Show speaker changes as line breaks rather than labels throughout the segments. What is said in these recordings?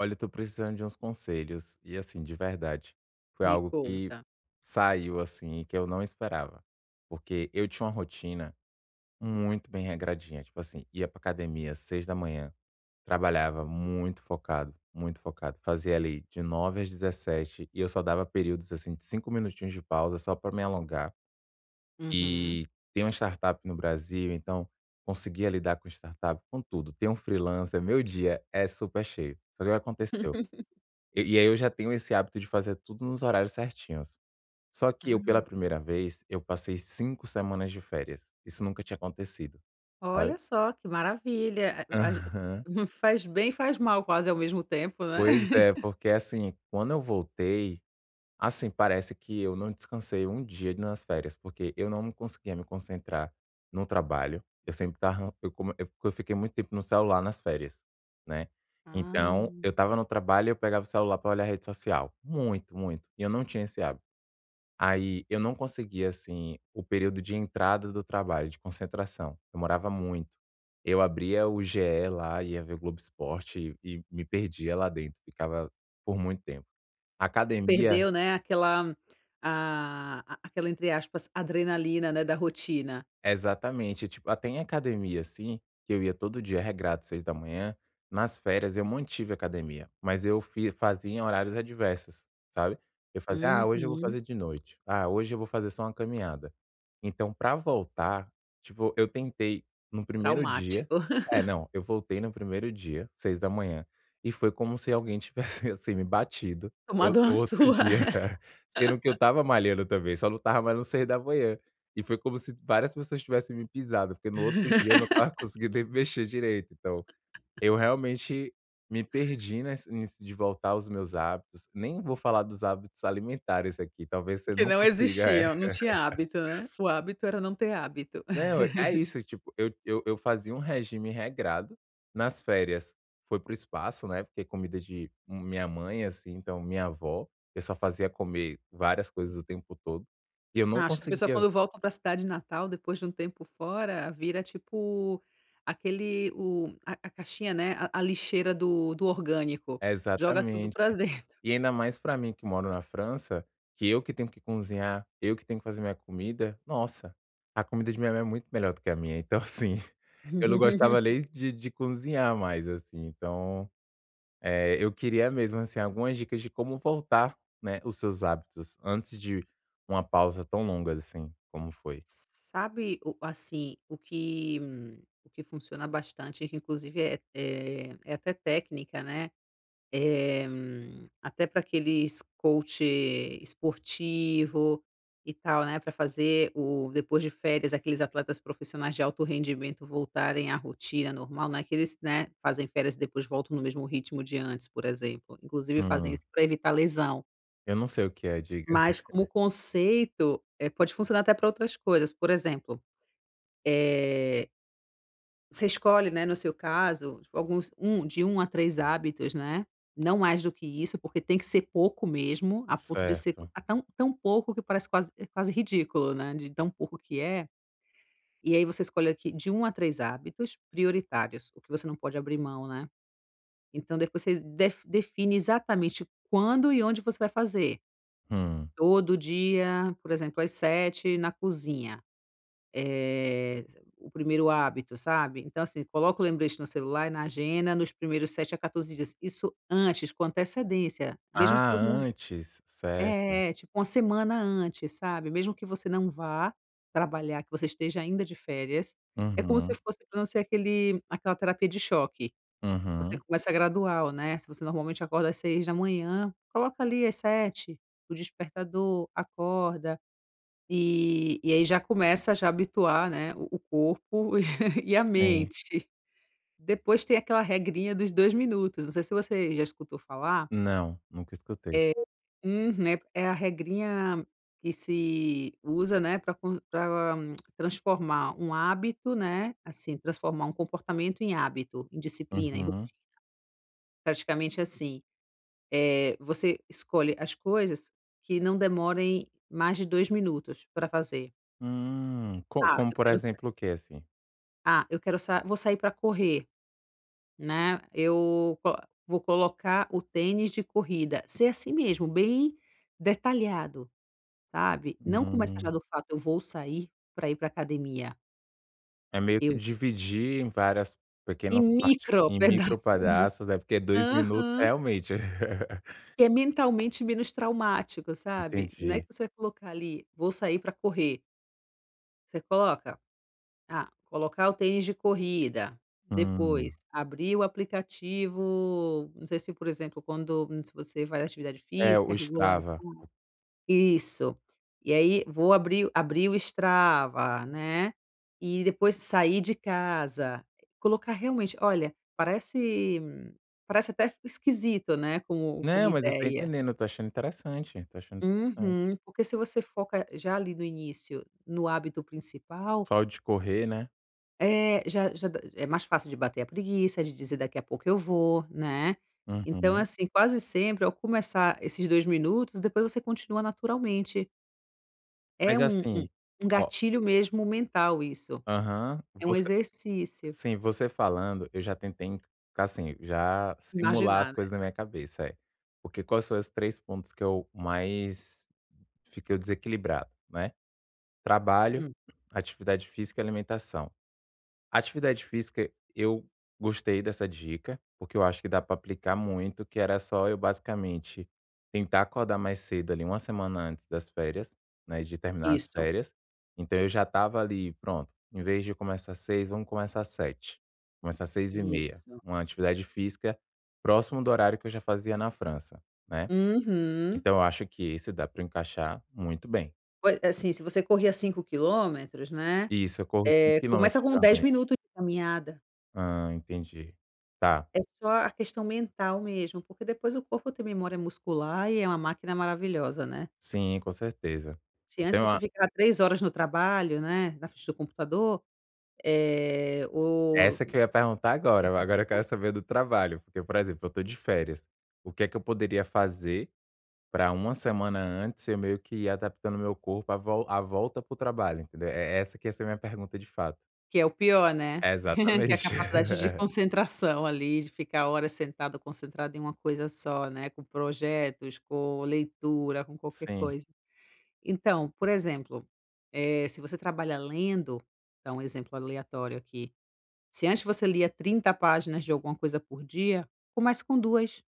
Olha, eu tô precisando de uns conselhos e assim, de verdade, foi
Me
algo que
conta.
saiu assim, que eu não esperava. Porque eu tinha uma rotina muito bem regradinha, tipo assim, ia pra academia às 6 da manhã, trabalhava muito focado, muito focado. Fazia ali de 9 às 17 e eu só dava períodos assim de 5 minutinhos de pausa só pra me alongar.
Uhum.
E tem uma startup no Brasil, então conseguia lidar com startup, com tudo. Tem um freelancer, meu dia é super cheio. Só que o que aconteceu? E aí eu já tenho esse hábito de fazer tudo nos horários certinhos. Só que eu, pela
Ah,
primeira vez, eu passei 5 semanas de férias. Isso nunca tinha acontecido, sabe?
olha só que maravilha. A
Aham.
faz bem e faz mal quase ao mesmo tempo, né.
Pois é, porque assim, quando eu voltei, assim, parece que eu não descansei um dia nas férias, porque eu não conseguia me concentrar no trabalho. Eu sempre estava eu come eu fiquei muito tempo no celular nas férias, né.
Ah,
Então, eu estava no trabalho e eu pegava o celular pra olhar a rede social. Muito, muito. E eu não tinha esse hábito. Aí eu não conseguia, assim, o período de entrada do trabalho, de concentração. Demorava muito. Eu abria o GE lá, ia ver Globo Esporte e me perdia lá dentro, ficava por muito tempo. A Academia
perdeu, né, aquela a aquela, entre aspas, "adrenalina", né, da rotina.
Exatamente. Tipo, até em academia, assim, que eu ia todo dia regrado 6 da manhã, nas férias eu mantive a academia, mas eu fi fazia em horários adversos, sabe. Eu fazia: "Ah, hoje eu vou
Uhum.
fazer de noite. Ah, hoje eu vou fazer só uma caminhada". Então pra voltar, tipo, eu tentei no primeiro dia
Traumático.
é, não, eu voltei no primeiro dia, 6 da manhã e foi como se alguém tivesse, assim, me batido, eu
Tomado
no
uma
outro
sua.
dia, sendo que eu tava malhando também, só não estava mais no 6 da manhã e foi como se várias pessoas tivessem me pisado, porque no outro dia eu não estava conseguindo nem mexer direito. Então, eu realmente me perdi nes nisso de voltar aos meus hábitos. Nem vou falar dos hábitos alimentares aqui, talvez você
Que
não
não
consiga é.
existia, não tinha hábito, né. O hábito era não ter hábito.
Não, é isso, tipo, eu fazia um regime regrado. Nas férias foi para o espaço, né, porque comida de minha mãe, assim, então minha avó, eu só fazia comer várias coisas o tempo todo, e eu não
Ah, acho que a pessoa
conseguia.
quando volta para a cidade natal, depois de um tempo fora, vira tipo aquele o a caixinha, né, a lixeira do orgânico, joga tudo
Exatamente.
para dentro.
E ainda mais pra mim que moro na França, que eu que tenho que cozinhar, eu que tenho que fazer minha comida, nossa, a comida de minha mãe é muito melhor do que a minha, então assim, eu não gostava nem de cozinhar mais, assim, então, eu queria mesmo, assim, algumas dicas de como voltar, né, os seus hábitos antes de uma pausa tão longa assim, como foi.
Sabe, o que funciona bastante, que inclusive é até técnica, né. Até para aqueles coach esportivo e tal, né, para fazer o depois de férias, aqueles atletas profissionais de alto rendimento voltarem à rotina normal, não é que eles, né, fazem férias e depois voltam no mesmo ritmo de antes, por exemplo. Inclusive fazem
Hum,
isso para evitar lesão.
eu não sei o que é, diga.
Mas como conceito, pode funcionar até para outras coisas, por exemplo, eh você escolhe, né, no seu caso, tipo, alguns um de um a 3 hábitos, né, não mais do que isso, porque tem que ser pouco mesmo, a ponto de ser
Certo.
tão pouco que parece quase ridículo, né, de tão pouco que é. E aí você escolhe aqui de um a 3 hábitos prioritários, o que você não pode abrir mão, né. Então depois você define exatamente quando e onde você vai fazer.
Hum.
Todo dia, por exemplo, às sete na cozinha. Eh, o primeiro hábito, sabe. Então, assim, coloca o lembrete no celular e na agenda nos primeiros sete a 14 dias. Isso antes, com antecedência, mesmo se
Ah,
você não
antes, certo.
é, tipo uma semana antes, sabe. Mesmo que você não vá trabalhar, que você esteja ainda de férias, é como se
Uhum,
fosse pra não ser aquele aquela terapia de choque. Você
uhum.
começa gradual, né. Se você normalmente acorda às seis da manhã, coloca ali às sete, o despertador, acorda. E aí já começa a já habituar, né, o corpo e a
Sim.
mente. Depois tem aquela regrinha dos 2 minutos, não sei se você já escutou falar.
Não, nunca escutei.
É é a regrinha que se usa, né, para transformar um hábito, né, assim, transformar um comportamento em hábito, em disciplina, em ro
Uhum.
praticamente assim, é você escolhe as coisas que não demorem mais de 2 minutos para fazer.
Co
Ah,
como
eu
por
quero
exemplo o quê, assim?
Ah, eu quero sa vou sair para correr, né, eu co vou colocar o tênis de corrida, ser assim mesmo, bem detalhado, sabe. Não começar já
Hum,
do fato: "Eu vou sair para ir para academia",
é meio que
eu
dividir em várias
em
pequenas partes,
micro
em micro
pedacinhos.
pedaços, né, porque 2 minutos
Aham.
realmente.
Que é mentalmente menos traumático, sabe. Não é
Entendi.
que você vai colocar ali: "Vou sair para correr", você coloca ah, colocar o tênis de corrida, depois
Hum.
abrir o aplicativo, não sei se, por exemplo, quando se você faz atividade
É,
física
o
regular.
Strava.
Isso. E aí vou abrir o Strava, né, e depois sair de casa, colocar realmente, olha, parece até esquisito, né, como
Não, mas eu tô
ideia.
entendendo, eu tô achando interessante, tô achando interessante.
Uhum, porque se você foca já ali no início, no hábito principal.
Só o de correr, né.
É, já dá é mais fácil de bater a preguiça, de dizer: "Daqui a pouco eu vou", né. Então,
Uhum.
assim, quase sempre ao começar esses 2 minutos, depois você continua naturalmente. É
Mas
um um
assim,
um
ó,
gatilho mesmo mental isso,
aham,
é um
você.
exercício.
Sim, você falando, eu já tentei enc assim, já simular as
Imaginar, né.
coisas na minha cabeça, é. Porque quais são os 3 pontos que eu mais fiquei desequilibrado, né? Trabalho,
Hum,
atividade física e alimentação. Atividade física, eu gostei dessa dica, porque eu acho que dá para aplicar muito, que era só eu basicamente tentar acordar mais cedo ali, uma semana antes das férias, né, de terminar as
isso,
férias. Então eu já tava ali, pronto, em vez de começar às 6, vamos começar às 7, começar às 6h30.
isso.
Uma atividade física próximo do horário que eu já fazia na França, né.
Uhum.
Então eu acho que esse dá para encaixar muito bem.
Poi assim, se você corria 5 quilômetros, né,
Isso, eu corro 5 quilômetros
começa com 10
geralmente.
minutos de caminhada.
Hã, entendi. Tá.
É só a questão mental mesmo, porque depois o corpo tem memória muscular e é uma máquina maravilhosa, né.
Sim, com certeza.
Se antes
Então
você
a
ficava 3 horas no trabalho, né, na frente do computador, o
essa que eu ia perguntar agora, agora eu quero saber do trabalho, porque, por exemplo, eu tô de férias, o que é que eu poderia fazer para uma semana antes eu meio que ir adaptando meu corpo à volta para o trabalho, entendeu? É essa que ia ser minha pergunta de fato.
que é o pior, né, que é a
Exatamente.
capacidade de concentração ali, de ficar horas sentado, concentrado em uma coisa só, né, com projetos, com leitura, com qualquer
Sim.
coisa. Então, por exemplo, se você trabalha lendo, dá um exemplo aleatório aqui. Se antes você lia 30 páginas de alguma coisa por dia, comece com 2,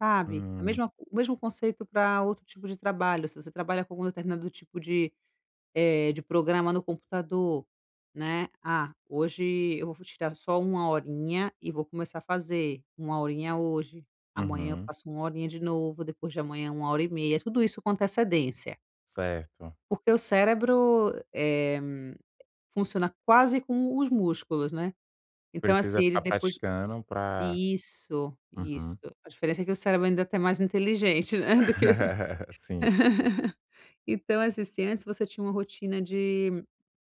sabe. A
Hum,
mesma o mesmo conceito para outro tipo de trabalho, se você trabalha com algum determinado tipo de, de programa no computador, né: "Ah, hoje eu vou tirar só uma horinha e vou começar a fazer, uma horinha hoje, amanhã eu
uhum,
faço uma horinha de novo, depois de amanhã uma hora e meia", tudo isso com antecedência,
certo.
porque o cérebro, funciona quase como os músculos, né. Então
Precisa
assim, ele
ficar
depois.
praticando pra,
Isso,
uhum.
isso. A diferença é que o cérebro ainda tá mais inteligente, né, do que.
Sim,
Então, assim, se antes você tinha uma rotina de,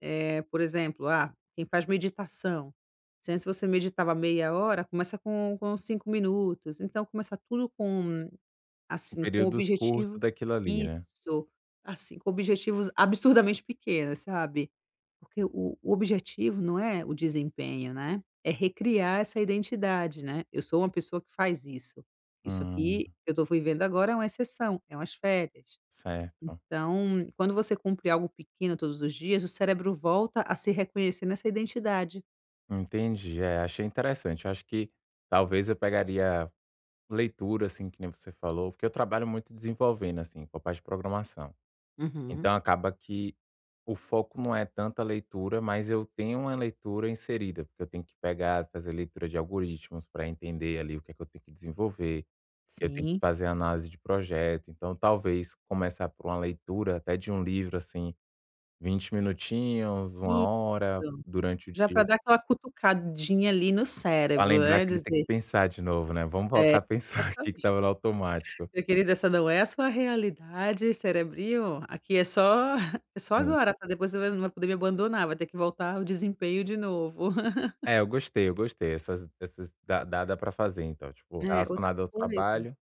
por exemplo, quem faz meditação, se antes você meditava meia hora, começa com 5 minutos, então começa tudo com, assim, com
períodos curtos
objetivos
daquilo ali, né?
isso, assim, com objetivos absurdamente pequenos, sabe. Porque o objetivo não é o desempenho, né, é recriar essa identidade, né, eu sou uma pessoa que faz isso. Isso
Hum,
aqui que eu estou vivendo agora é uma exceção, é umas férias.
certo.
Então, quando você cumpre algo pequeno todos os dias, o cérebro volta a se reconhecer nessa identidade.
Entendi, é, achei interessante. Eu acho que talvez eu pegaria leitura, assim, que nem você falou, porque eu trabalho muito desenvolvendo, assim, com a parte de programação.
Uhum,
Então acaba que o foco não é tanta leitura, mas eu tenho uma leitura inserida, porque eu tenho que pegar, fazer leitura de algoritmos para entender ali o que é que eu tenho que desenvolver, eu tenho que
sim.
fazer análise de projeto. Então talvez começar por uma leitura até de um livro, assim, 20 minutinhos, uma
Isso,
hora durante o
já para
dia.
dar aquela cutucadinha ali no
Pra
cérebro,
lembrar
né,
que ele tem que
dizer.
pensar de novo, né, vamos
É,
voltar a pensar aqui que
exatamente.
estava no automático.
Meu querido, essa não é a sua realidade, cerebrinho. Aqui é só é só
Sim.
agora, tá? Depois você vai não vai poder me abandonar, vai ter que voltar ao desempenho de novo.
É, eu gostei, essas dá pra fazer então, tipo,
É, outra
relacionado ao
coisa.
trabalho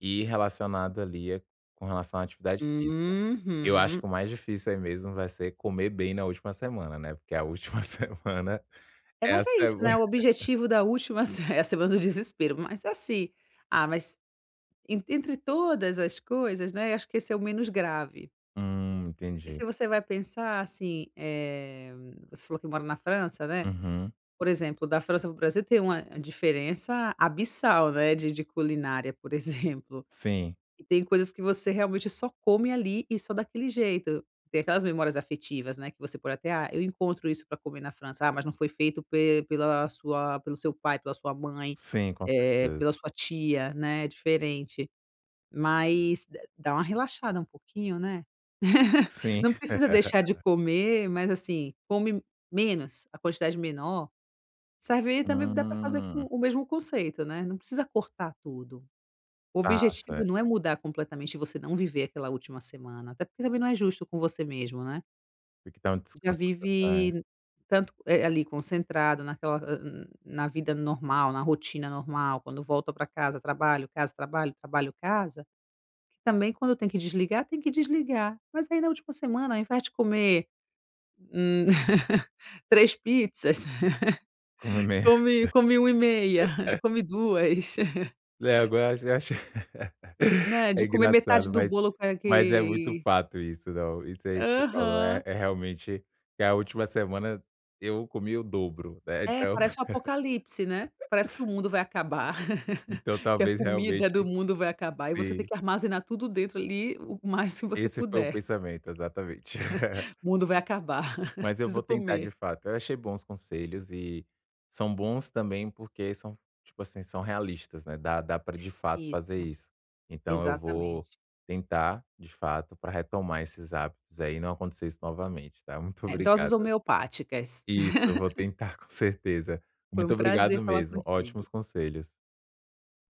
e relacionado ali, com relação à atividade física. Eu acho
Uhum.
que o mais difícil aí mesmo vai ser comer bem na última semana, né, porque a última semana
É,
é a
mas é isso,
semana.
né, o objetivo da última é a semana do desespero, mas é assim, mas en entre todas as coisas, né, acho que esse é o menos grave. E
Entendi.
se você vai pensar, assim, você falou que mora na França, né?
Uhum.
Por exemplo, da França para o Brasil tem uma diferença abissal, né, de culinária, por exemplo.
Sim,
E tem coisas que você realmente só come ali e só daquele jeito. Tem aquelas memórias afetivas, né, que você pode até: "Ah, eu encontro isso para comer na França. Ah, mas não foi feito pe pela sua pelo seu pai, pela sua mãe,
sim, com certeza.
pela sua tia", né, é diferente. Mas d dá uma relaxada um pouquinho, né.
Sim.
Não precisa deixar de comer, mas, assim, come menos, a quantidade menor. Cerveja também dá para fazer
Hum,
com o mesmo conceito, né, não precisa cortar tudo. O
tá,
objetivo não é
certo.
mudar completamente e você não viver aquela última semana, até porque também não é justo com você mesmo, né.
Tem que dar um
Já
descanso, é,
vive tanto, ali concentrado na vida normal, na rotina normal, quando volta para casa, trabalho, trabalho, casa, que também quando tem que desligar, tem que desligar. Mas aí na última semana, ao invés de comer, hum, 3 pizzas,
comer.
come 1 e meia, come 2.
É, agora eu acho
Né,
é
de comer metade
engraçado,
do
mas
bolo que
mas é muito
que
fato isso, não, isso aí que você falou é
Aham.
é realmente que a última semana eu comi o dobro, né,
É,
então
parece um apocalipse, né. Parece que o mundo vai acabar,
então
que a
talvez
comida do
realmente
mundo vai acabar e você tem
sim,
que armazenar tudo dentro ali o mais que você
esse foi o
puder.
pensamento, exatamente.
O mundo vai acabar,
Mas eu vou
preciso
tentar
comer.
de fato. Eu achei bons conselhos e são bons também porque são, tipo assim, são realistas, né, dá para de fato fazer
Isso,
isso. Então eu vou
exatamente.
tentar, de fato, para retomar esses hábitos aí e não acontecer isso novamente, tá. Muito
É,
obrigado.
doses homeopáticas.
Isso, eu vou tentar com certeza.
Foi
Muito
um
obrigado
prazer falar
mesmo,
contigo.
ótimos conselhos.